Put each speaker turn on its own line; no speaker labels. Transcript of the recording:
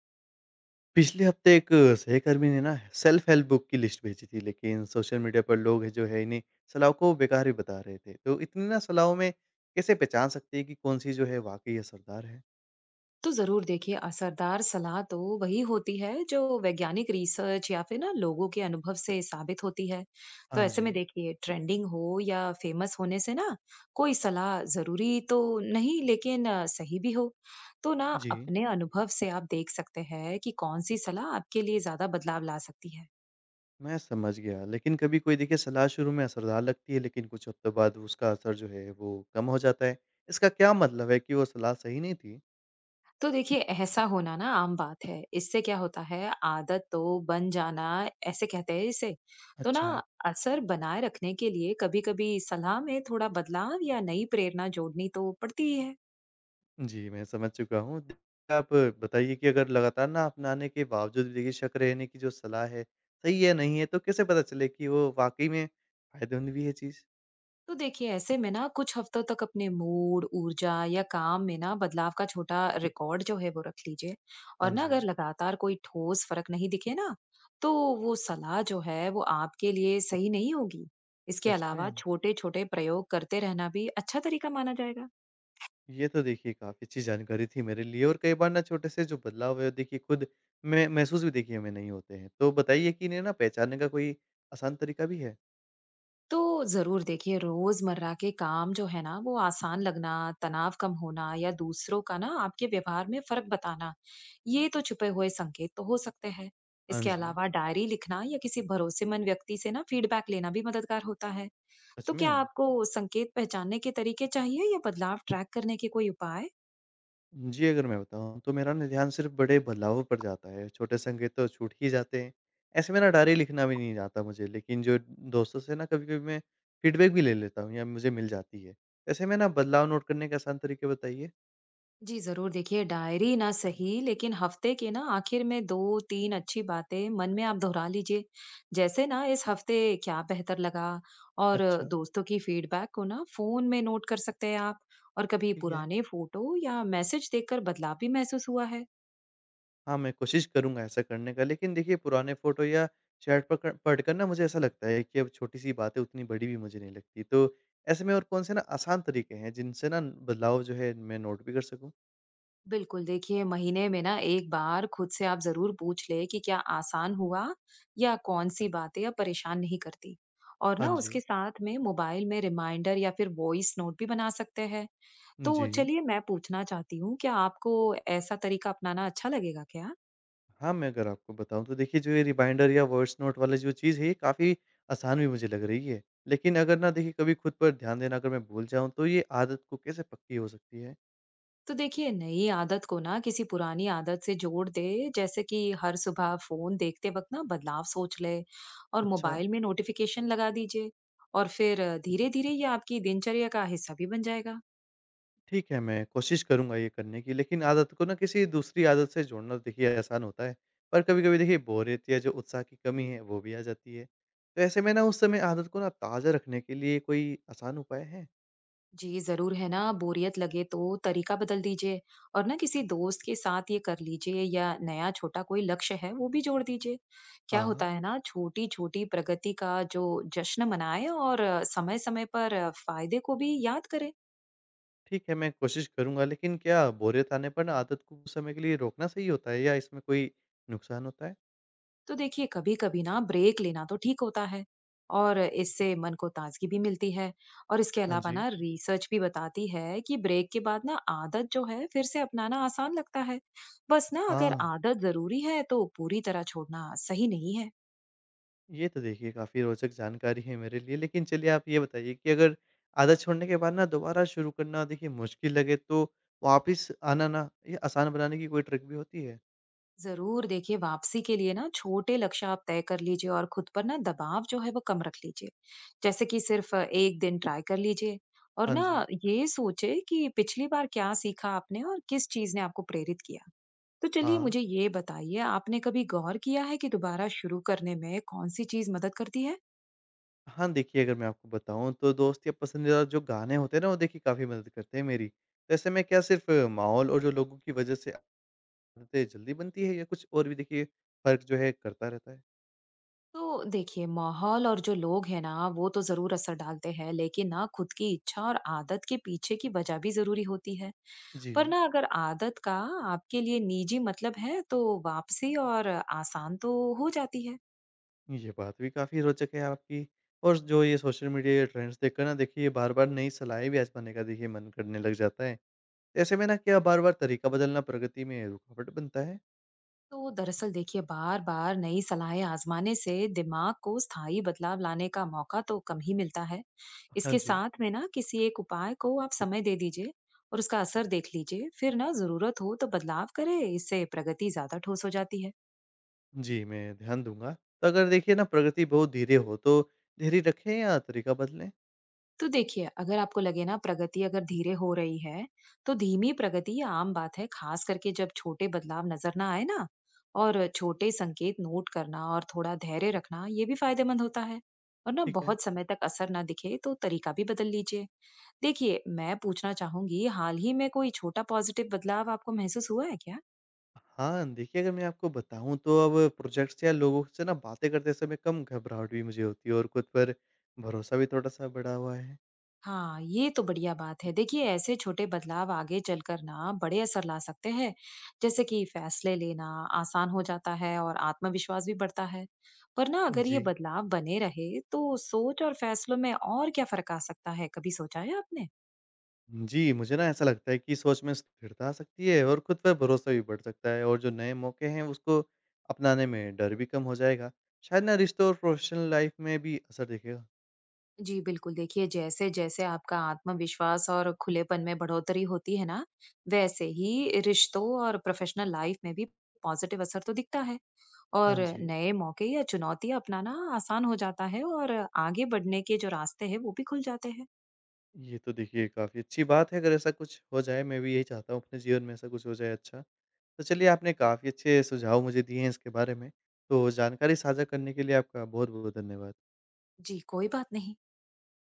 पिछले हफ्ते एक सहकर्मी ने ना सेल्फ हेल्प बुक की लिस्ट भेजी थी, लेकिन सोशल मीडिया पर लोग हैं जो है इन्हें सलाह को बेकार ही बता रहे थे। तो इतनी ना सलाहों में कैसे पहचान सकते हैं कि कौन सी जो है वाकई असरदार है?
तो जरूर देखिए, असरदार सलाह तो वही होती है जो वैज्ञानिक रिसर्च या फिर ना लोगों के अनुभव से साबित होती है। तो
हाँ
ऐसे
जी।
में देखिए, ट्रेंडिंग हो या फेमस होने से ना कोई सलाह जरूरी तो नहीं, लेकिन सही भी हो तो ना
जी,
अपने अनुभव से आप देख सकते हैं कि कौन सी सलाह आपके लिए ज्यादा बदलाव ला सकती है।
मैं समझ गया, लेकिन कभी कोई देखिए सलाह शुरू में असरदार लगती है, लेकिन कुछ हफ्तों बाद उसका असर जो है वो कम हो जाता है। इसका क्या मतलब है कि वो सलाह सही नहीं थी?
तो देखिए, ऐसा होना ना आम बात है। इससे क्या होता है, आदत तो बन जाना ऐसे कहते हैं इसे। तो ना
अच्छा।
असर बनाए रखने के लिए कभी कभी सलाह में थोड़ा बदलाव या नई प्रेरणा जोड़नी तो पड़ती ही है।
जी, मैं समझ चुका हूँ। देखिए, आप बताइए कि अगर लगातार ना अपनाने के बावजूद भी देखिए शक रहने की जो सलाह है, सही है, नहीं है, तो कैसे पता चले कि वो वाक़ई में फ़ायदेमंद भी है चीज़?
तो देखिए, ऐसे में ना कुछ हफ्तों तक अपने मूड, ऊर्जा या काम में ना बदलाव का छोटा रिकॉर्ड जो है वो रख लीजिए,
हाँ
और ना
जी।
अगर लगातार कोई ठोस फर्क नहीं दिखे ना, तो वो सलाह जो है वो आपके लिए सही नहीं होगी। इसके
सच
अलावा
में?
छोटे छोटे प्रयोग करते रहना भी अच्छा तरीका माना जाएगा।
ये तो देखिए काफ़ी अच्छी जानकारी थी मेरे लिए, और कई बार ना छोटे से जो बदलाव है देखिए खुद में महसूस भी देखिए हमें नहीं होते हैं। तो बताइए कि इन्हें ना पहचानने का कोई आसान तरीका भी है?
तो ज़रूर देखिए, रोज़मर्रा के काम जो है ना वो आसान लगना, तनाव कम होना या दूसरों का ना आपके व्यवहार में फ़र्क बताना, ये तो छुपे हुए संकेत तो हो सकते हैं।
हाँ
इसके
जी।
अलावा डायरी लिखना या किसी भरोसेमंद व्यक्ति से ना फीडबैक लेना भी मददगार होता है।
सच
तो क्या
में?
आपको संकेत पहचानने के तरीके चाहिए या बदलाव ट्रैक करने के कोई उपाय?
जी, अगर मैं बताऊँ तो मेरा ना ध्यान सिर्फ़ बड़े बदलावों पर जाता है, छोटे संकेत तो छूट ही जाते हैं। ऐसे में ना डायरी लिखना भी नहीं आता मुझे, लेकिन जो दोस्तों से ना कभी-कभी मैं फीडबैक भी ले लेता हूँ या मुझे मिल जाती है। ऐसे में ना बदलाव नोट करने के आसान तरीके बताइए?
जी जरूर, देखिए डायरी ना सही, लेकिन हफ्ते के ना आखिर में दो तीन अच्छी बातें मन में आप दोहरा लीजिए। जैसे ना इस हफ्ते क्या बेहतर लगा, और
अच्छा।
दोस्तों की फीडबैक को ना फोन में नोट कर सकते हैं आप। और कभी
ठीक है।
पुराने फोटो या मैसेज देखकर बदलाव भी महसूस हुआ है।
हाँ, मैं कोशिश करूँगा ऐसा करने का, लेकिन देखिए पुराने फ़ोटो या चैट पकड़ पढ़कर ना मुझे ऐसा लगता है कि अब छोटी-सी बातें उतनी बड़ी भी मुझे नहीं लगती। तो ऐसे में और कौन से ना आसान तरीके हैं जिनसे ना बदलाव जो है मैं नोट भी कर सकूँ?
बिल्कुल देखिए, महीने में ना एक बार खुद से आप जरूर पूछ ले कि क्या आसान हुआ या कौन सी बातें अब परेशान नहीं करती। और
हाँ
ना
जी।
उसके साथ में मोबाइल में रिमाइंडर या फिर वॉइस नोट भी बना सकते हैं। तो
जी।
चलिए, मैं पूछना चाहती हूँ, क्या आपको ऐसा तरीका अपनाना अच्छा लगेगा क्या?
हाँ, मैं अगर आपको बताऊँ तो देखिए जो ये रिमाइंडर या वॉइस नोट वाला जो चीज़ है ये काफ़ी आसान भी मुझे लग रही है। लेकिन अगर ना देखिए कभी खुद पर ध्यान देना अगर मैं भूल जाऊँ तो ये आदत को कैसे पक्की हो सकती है?
तो देखिए, नई आदत को ना किसी पुरानी आदत से जोड़ दे, जैसे कि हर सुबह फ़ोन देखते वक़्त ना बदलाव सोच ले, और
अच्छा।
मोबाइल में नोटिफ़िकेशन लगा दीजिए। और फिर धीरे-धीरे ये आपकी दिनचर्या का हिस्सा भी बन जाएगा।
ठीक है, मैं कोशिश करूँगा ये करने की, लेकिन आदत को ना किसी दूसरी आदत से जोड़ना तो देखिए आसान होता है। पर कभी-कभी देखिए बोरियत या जो उत्साह की कमी है वो भी आ जाती है। तो ऐसे में ना उस समय आदत को ना ताज़ा रखने के लिए कोई आसान उपाय है?
जी जरूर है, ना बोरियत लगे तो तरीका बदल दीजिए, और ना किसी दोस्त के साथ ये कर लीजिए या नया छोटा कोई लक्ष्य है वो भी जोड़ दीजिए। क्या
हाँ।
होता है ना, छोटी छोटी प्रगति का जो जश्न मनाए, और समय समय पर फायदे को भी याद करें।
ठीक है, मैं कोशिश करूँगा, लेकिन क्या बोरियत आने पर ना आदत को कुछ समय के लिए रोकना सही होता है या इसमें कोई नुकसान होता है?
तो देखिए, कभी कभी ना ब्रेक लेना तो ठीक होता है, और इससे मन को ताजगी भी मिलती है। और इसके
हाँ
अलावा
जी।
ना रिसर्च भी बताती है कि ब्रेक के बाद ना आदत जो है फिर से अपनाना आसान लगता है। बस ना, अगर
हाँ,
आदत जरूरी है तो पूरी तरह छोड़ना सही नहीं है।
ये तो देखिए काफ़ी रोचक जानकारी है मेरे लिए, लेकिन चलिए आप ये बताइए कि अगर आदत छोड़ने के बाद ना दोबारा शुरू करना देखिए मुश्किल लगे, तो वापिस आना ना ये आसान बनाने की कोई ट्रिक भी होती है?
जरूर देखिए, वापसी के लिए ना छोटे लक्ष्य आप तय कर लीजिए, और खुद पर ना दबाव जो है वो कम रख लीजिए। जैसे कि सिर्फ एक दिन ट्राई कर लीजिए, और
हाँ जी।
ना ये सोचे कि पिछली बार क्या सीखा आपने और किस चीज ने आपको प्रेरित किया। तो चलिए,
हाँ।
मुझे ये बताइए, आपने कभी गौर किया है कि दोबारा शुरू करने में कौन सी चीज मदद करती है?
हाँ, देखिए अगर मैं आपको बताऊँ तो दोस्त या पसंदीदा जो गाने होते हैं ना वो देखिए काफ़ी मदद करते हैं मेरी। तो ऐसे में क्या सिर्फ़ माहौल और जो लोगों की वज़ह से आदतें जल्दी बनती है या कुछ और भी देखिए फ़र्क जो है करता रहता है?
तो देखिए, माहौल और जो लोग हैं ना वो तो जरूर असर डालते हैं, लेकिन ना खुद की इच्छा और आदत के पीछे की वजह भी जरूरी होती है। पर
जी।
ना अगर आदत का आपके लिए निजी मतलब है तो वापसी और आसान तो हो जाती है।
ये बात भी काफ़ी रोचक है आपकी। और जो ये सोशल मीडिया ट्रेंड्स देखकर ना देखिए बार-बार नई सलाहें भी आज़माने का देखिए मन करने लग जाता है। ऐसे में ना क्या बार-बार तरीका बदलना प्रगति में रुकावट बनता है?
तो दरअसल देखिए, बार बार नई सलाहें आजमाने से दिमाग को स्थायी बदलाव लाने का मौका तो कम ही मिलता है।
हाँ
इसके
जी।
साथ में ना किसी एक उपाय को आप समय दे दीजिए, और उसका असर देख लीजिए। फिर ना जरूरत हो तो बदलाव करें। इससे प्रगति ज्यादा ठोस हो जाती है।
जी, मैं ध्यान दूँगा। तो अगर देखिए ना प्रगति बहुत धीरे हो तो धैर्य रखें या तरीका बदलें?
तो देखिए, अगर आपको लगे ना प्रगति अगर धीरे हो रही है, तो धीमी प्रगति ये आम बात है, खास करके जब छोटे बदलाव नजर ना आए ना। और छोटे संकेत नोट करना और थोड़ा धैर्य रखना ये भी फायदेमंद होता है। और ना
ठीक है।
बहुत समय तक असर ना दिखे तो तरीका भी बदल लीजिए। देखिए, मैं पूछना चाहूंगी, हाल ही में कोई छोटा पॉजिटिव बदलाव आपको महसूस हुआ है क्या?
हाँ, देखिए अगर मैं आपको बताऊँ तो अब प्रोजेक्ट्स या लोगों से ना बातें करते समय कम घबराहट भी मुझे होती है और खुद पर भरोसा भी थोड़ा-सा बढ़ा हुआ है।
हाँ, ये तो बढ़िया बात है। देखिए, ऐसे छोटे बदलाव आगे चलकर ना बड़े असर ला सकते हैं। जैसे कि फैसले लेना आसान हो जाता है और आत्मविश्वास भी बढ़ता है। पर ना अगर
जी।
ये बदलाव बने रहे तो सोच और फैसलों में और क्या फर्क आ सकता है, कभी सोचा है आपने?
जी, मुझे ना ऐसा लगता है कि सोच में स्थिरता आ सकती है और खुद पर भरोसा भी बढ़ सकता है और जो नए मौके हैं उसको अपनाने में डर भी कम हो जाएगा। शायद ना रिश्तों और प्रोफेशनल लाइफ़ में भी असर दिखेगा।
जी बिल्कुल, देखिए जैसे जैसे आपका आत्मविश्वास और खुलेपन में बढ़ोतरी होती है ना, वैसे ही रिश्तों और प्रोफेशनल लाइफ में भी पॉजिटिव असर तो दिखता है,
हाँ
और
जी।
नए मौके या चुनौतियां अपनाना आसान हो जाता है, और आगे बढ़ने के जो रास्ते हैं वो भी खुल जाते हैं।
ये तो देखिए काफ़ी अच्छी बात है, अगर ऐसा कुछ हो जाए, मैं भी यही चाहता हूँ अपने जीवन में ऐसा कुछ हो जाए। अच्छा। तो चलिए आपने काफ़ी अच्छे सुझाव मुझे दिए हैं इसके बारे में, तो जानकारी साझा करने के लिए आपका बहुत-बहुत धन्यवाद।
जी कोई बात नहीं।